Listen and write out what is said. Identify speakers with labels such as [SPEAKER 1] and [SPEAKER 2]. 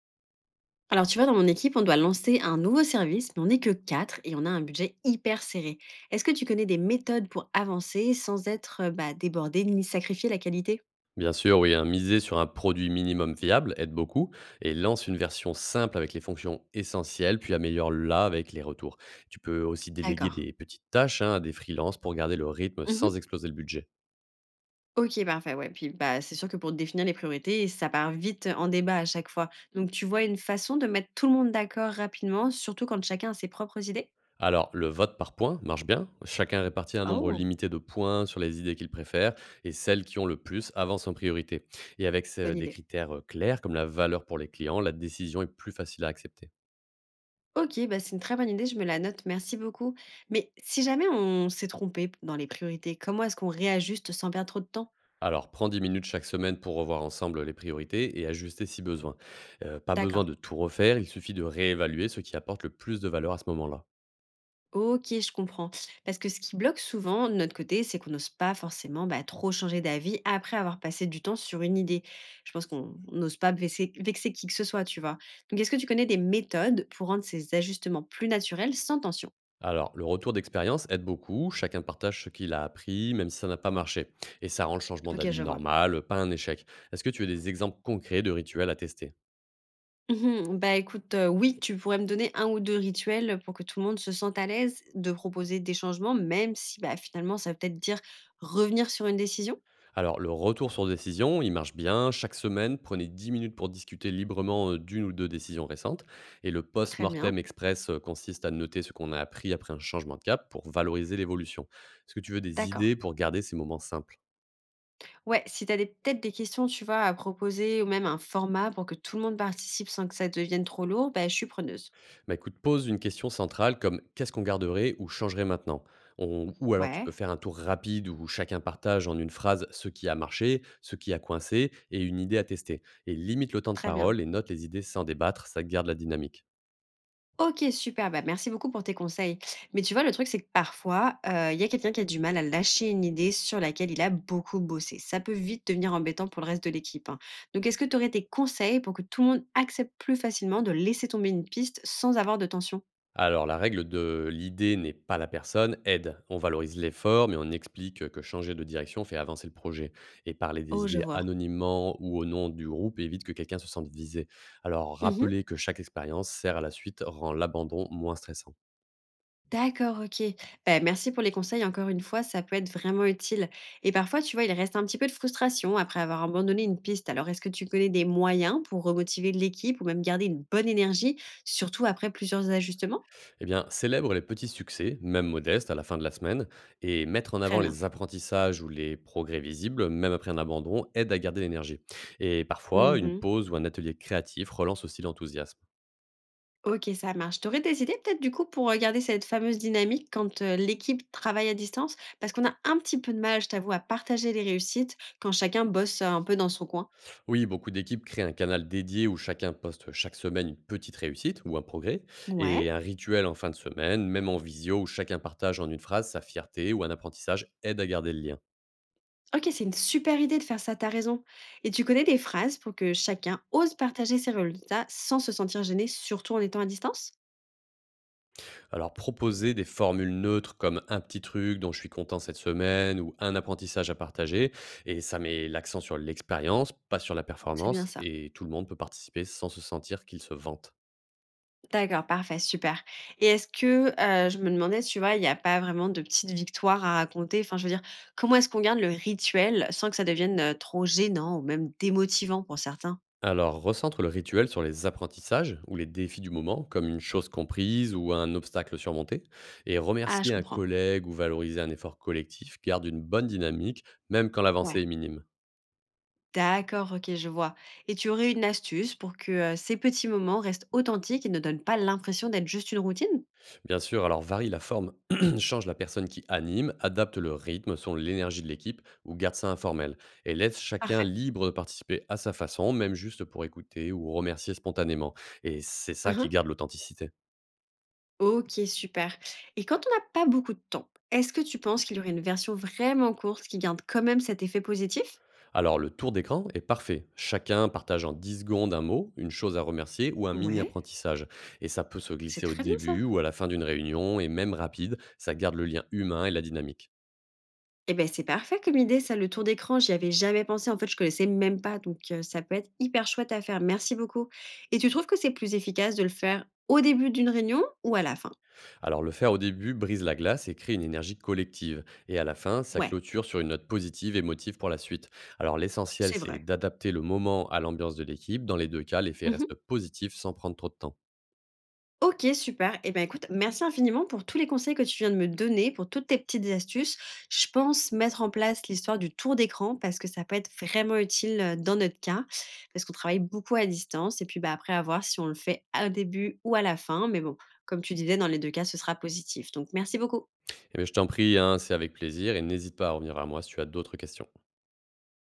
[SPEAKER 1] Alors, tu vois, dans mon équipe, on doit lancer un nouveau service, mais on n'est que quatre et on a un budget hyper serré. Est-ce que tu connais des méthodes pour avancer sans être bah, débordé ni sacrifier la qualité?
[SPEAKER 2] Bien sûr, oui, hein, miser sur un produit minimum viable aide beaucoup et lance une version simple avec les fonctions essentielles, puis améliore-la avec les retours. Tu peux aussi déléguer
[SPEAKER 1] D'accord.
[SPEAKER 2] des petites tâches, hein, à des freelances pour garder le rythme
[SPEAKER 1] Mhm.
[SPEAKER 2] sans exploser le budget.
[SPEAKER 1] Ok, parfait. Ouais. Puis, bah, c'est sûr que pour définir les priorités, ça part vite en débat à chaque fois. Donc, tu vois une façon de mettre tout le monde d'accord rapidement, surtout quand chacun a ses propres idées?
[SPEAKER 2] Alors, le vote par points marche bien. Chacun répartit un nombre
[SPEAKER 1] Oh,
[SPEAKER 2] limité de points sur les idées qu'il préfère et celles qui ont le plus avancent en priorité. Et avec
[SPEAKER 1] bonne
[SPEAKER 2] des
[SPEAKER 1] idée.
[SPEAKER 2] critères clairs comme la valeur pour les clients, la décision est plus facile à accepter.
[SPEAKER 1] Ok, bah c'est une très bonne idée, je me la note, merci beaucoup. Mais si jamais on s'est trompé dans les priorités, comment est-ce qu'on réajuste sans perdre trop de temps?
[SPEAKER 2] Alors, prends 10 minutes chaque semaine pour revoir ensemble les priorités et ajuster si besoin. Pas besoin
[SPEAKER 1] D'accord.
[SPEAKER 2] de tout refaire, il suffit de réévaluer ce qui apporte le plus de valeur à ce moment-là.
[SPEAKER 1] Ok, je comprends. Parce que ce qui bloque souvent de notre côté, c'est qu'on n'ose pas forcément bah, trop changer d'avis après avoir passé du temps sur une idée. Je pense qu'on on n'ose pas vexer, vexer qui que ce soit, tu vois. Donc, est-ce que tu connais des méthodes pour rendre ces ajustements plus naturels sans tension?
[SPEAKER 2] Alors, le retour d'expérience aide beaucoup, chacun partage ce qu'il a appris, même si ça n'a pas marché. Et ça rend le changement
[SPEAKER 1] Ok,
[SPEAKER 2] d'avis
[SPEAKER 1] je vois.
[SPEAKER 2] normal, pas un échec. Est-ce que tu as des exemples concrets de rituels à tester?
[SPEAKER 1] Mhm. Bah écoute, oui, tu pourrais me donner un ou deux rituels pour que tout le monde se sente à l'aise de proposer des changements, même si bah, finalement ça veut peut-être dire revenir sur une décision.
[SPEAKER 2] Alors, le retour sur décision, il marche bien. Chaque semaine, prenez 10 minutes pour discuter librement, d'une ou deux décisions récentes. Et le
[SPEAKER 1] Très
[SPEAKER 2] post-mortem
[SPEAKER 1] bien,
[SPEAKER 2] express, consiste à noter ce qu'on a appris après un changement de cap pour valoriser l'évolution. Est-ce que tu veux des
[SPEAKER 1] d'accord.
[SPEAKER 2] idées pour garder ces moments simples?
[SPEAKER 1] Ouais, si tu as peut-être des questions, tu vois, à proposer ou même un format pour que tout le monde participe sans que ça devienne trop lourd, ben, je suis preneuse.
[SPEAKER 2] Bah écoute, pose une question centrale comme: qu'est-ce qu'on garderait ou changerait maintenant? Ou alors tu peux
[SPEAKER 1] Ouais,
[SPEAKER 2] faire un tour rapide où chacun partage en une phrase ce qui a marché, ce qui a coincé et une idée à tester. Et limite le temps de
[SPEAKER 1] très bien.
[SPEAKER 2] parole et note les idées sans débattre, ça garde la dynamique.
[SPEAKER 1] Ok, super, bah merci beaucoup pour tes conseils. Mais tu vois, le truc, c'est que parfois, il y a quelqu'un qui a du mal à lâcher une idée sur laquelle il a beaucoup bossé. Ça peut vite devenir embêtant pour le reste de l'équipe, hein. Donc, est-ce que tu aurais des conseils pour que tout le monde accepte plus facilement de laisser tomber une piste sans avoir de tension?
[SPEAKER 2] Alors, la règle de l'idée n'est pas la personne aide. On valorise l'effort, mais on explique que changer de direction fait avancer le projet. Et parler des
[SPEAKER 1] Oh, je
[SPEAKER 2] idées
[SPEAKER 1] vois.
[SPEAKER 2] anonymement ou au nom du groupe évite que quelqu'un se sente visé. Alors,
[SPEAKER 1] Mhm.
[SPEAKER 2] rappeler que chaque expérience sert à la suite rend l'abandon moins stressant.
[SPEAKER 1] D'accord, ok. Ben merci pour les conseils encore une fois, ça peut être vraiment utile, et parfois, tu vois, il reste un petit peu de frustration après avoir abandonné une piste. Alors est-ce que tu connais des moyens pour remotiver l'équipe ou même garder une bonne énergie, surtout après plusieurs ajustements?
[SPEAKER 2] Eh bien, célèbre les petits succès, même modestes, à la fin de la semaine, et mettre en
[SPEAKER 1] Très
[SPEAKER 2] avant
[SPEAKER 1] bien.
[SPEAKER 2] les apprentissages ou les progrès visibles, même après un abandon, aide à garder l'énergie. Et parfois, une
[SPEAKER 1] Mmh.
[SPEAKER 2] pause ou un atelier créatif relance aussi l'enthousiasme.
[SPEAKER 1] Ok, ça marche. T'aurais des idées peut-être du coup pour, garder cette fameuse dynamique quand, l'équipe travaille à distance? Parce qu'on a un petit peu de mal, je t'avoue, à partager les réussites quand chacun bosse, un peu dans son coin.
[SPEAKER 2] Oui, beaucoup d'équipes créent un canal dédié où chacun poste chaque semaine une petite réussite ou un progrès, et
[SPEAKER 1] Ouais.
[SPEAKER 2] un rituel en fin de semaine, même en visio, où chacun partage en une phrase sa fierté ou un apprentissage aide à garder le lien.
[SPEAKER 1] Ok, c'est une super idée de faire ça, t'as raison. Et tu connais des phrases pour que chacun ose partager ses résultats sans se sentir gêné, surtout en étant à distance?
[SPEAKER 2] Alors proposer des formules neutres comme un petit truc dont je suis content cette semaine ou un apprentissage à partager, et ça met l'accent sur l'expérience, pas sur la
[SPEAKER 1] C'est bien
[SPEAKER 2] performance,
[SPEAKER 1] ça.
[SPEAKER 2] et tout le monde peut participer sans se sentir qu'il se vante.
[SPEAKER 1] D'accord, parfait, super. Et est-ce que, je me demandais, tu vois, il n'y a pas vraiment de petites victoires à raconter? Enfin, je veux dire, comment est-ce qu'on garde le rituel sans que ça devienne trop gênant ou même démotivant pour certains?
[SPEAKER 2] Alors, recentre le rituel sur les apprentissages ou les défis du moment, comme une chose comprise ou un obstacle surmonté, et
[SPEAKER 1] Ah, je
[SPEAKER 2] remercier un
[SPEAKER 1] comprends.
[SPEAKER 2] collègue ou valoriser un effort collectif garde une bonne dynamique, même quand l'avancée
[SPEAKER 1] Ouais.
[SPEAKER 2] est minime.
[SPEAKER 1] D'accord, ok, je vois. Et tu aurais une astuce pour que ces petits moments restent authentiques et ne donnent pas l'impression d'être juste une routine?
[SPEAKER 2] Bien sûr, alors varie la forme, change la personne qui anime, adapte le rythme, selon l'énergie de l'équipe, ou garde ça informel, et laisse chacun
[SPEAKER 1] Parfait.
[SPEAKER 2] libre de participer à sa façon, même juste pour écouter ou remercier spontanément. Et c'est ça qui
[SPEAKER 1] Mhm.
[SPEAKER 2] garde l'authenticité.
[SPEAKER 1] Ok, super. Et quand on n'a pas beaucoup de temps, est-ce que tu penses qu'il y aurait une version vraiment courte qui garde quand même cet effet positif?
[SPEAKER 2] Alors, le tour d'écran est parfait. Chacun partage en 10 secondes un mot, une chose à remercier ou un
[SPEAKER 1] Ouais,
[SPEAKER 2] mini-apprentissage. Et ça peut se
[SPEAKER 1] c'est
[SPEAKER 2] glisser au
[SPEAKER 1] très bien ça.
[SPEAKER 2] début ou à la fin d'une réunion, et même rapide, ça garde le lien humain et la dynamique.
[SPEAKER 1] Eh ben, c'est parfait comme idée, ça, le tour d'écran. J'y avais jamais pensé. En fait, je connaissais même pas. Donc, ça peut être hyper chouette à faire. Merci beaucoup. Et tu trouves que c'est plus efficace de le faire au début d'une réunion ou à la fin?
[SPEAKER 2] Alors, le faire au début brise la glace et crée une énergie collective. Et à la fin, ça
[SPEAKER 1] Ouais,
[SPEAKER 2] clôture sur une note positive et motive pour la suite. Alors, l'essentiel,
[SPEAKER 1] c'est
[SPEAKER 2] c'est
[SPEAKER 1] vrai.
[SPEAKER 2] d'adapter le moment à l'ambiance de l'équipe. Dans les deux cas, l'effet
[SPEAKER 1] Mmh.
[SPEAKER 2] reste positif sans prendre trop de temps.
[SPEAKER 1] Ok, super. Et ben, écoute, merci infiniment pour tous les conseils que tu viens de me donner, pour toutes tes petites astuces. Je pense mettre en place l'histoire du tour d'écran parce que ça peut être vraiment utile, dans notre cas, parce qu'on travaille beaucoup à distance et puis, bah, après à voir si on le fait au début ou à la fin. Mais bon, comme tu disais, dans les 2 cas, ce sera positif. Donc merci beaucoup.
[SPEAKER 2] Et je t'en prie, hein, c'est avec plaisir, et n'hésite pas à revenir vers moi si tu as d'autres questions.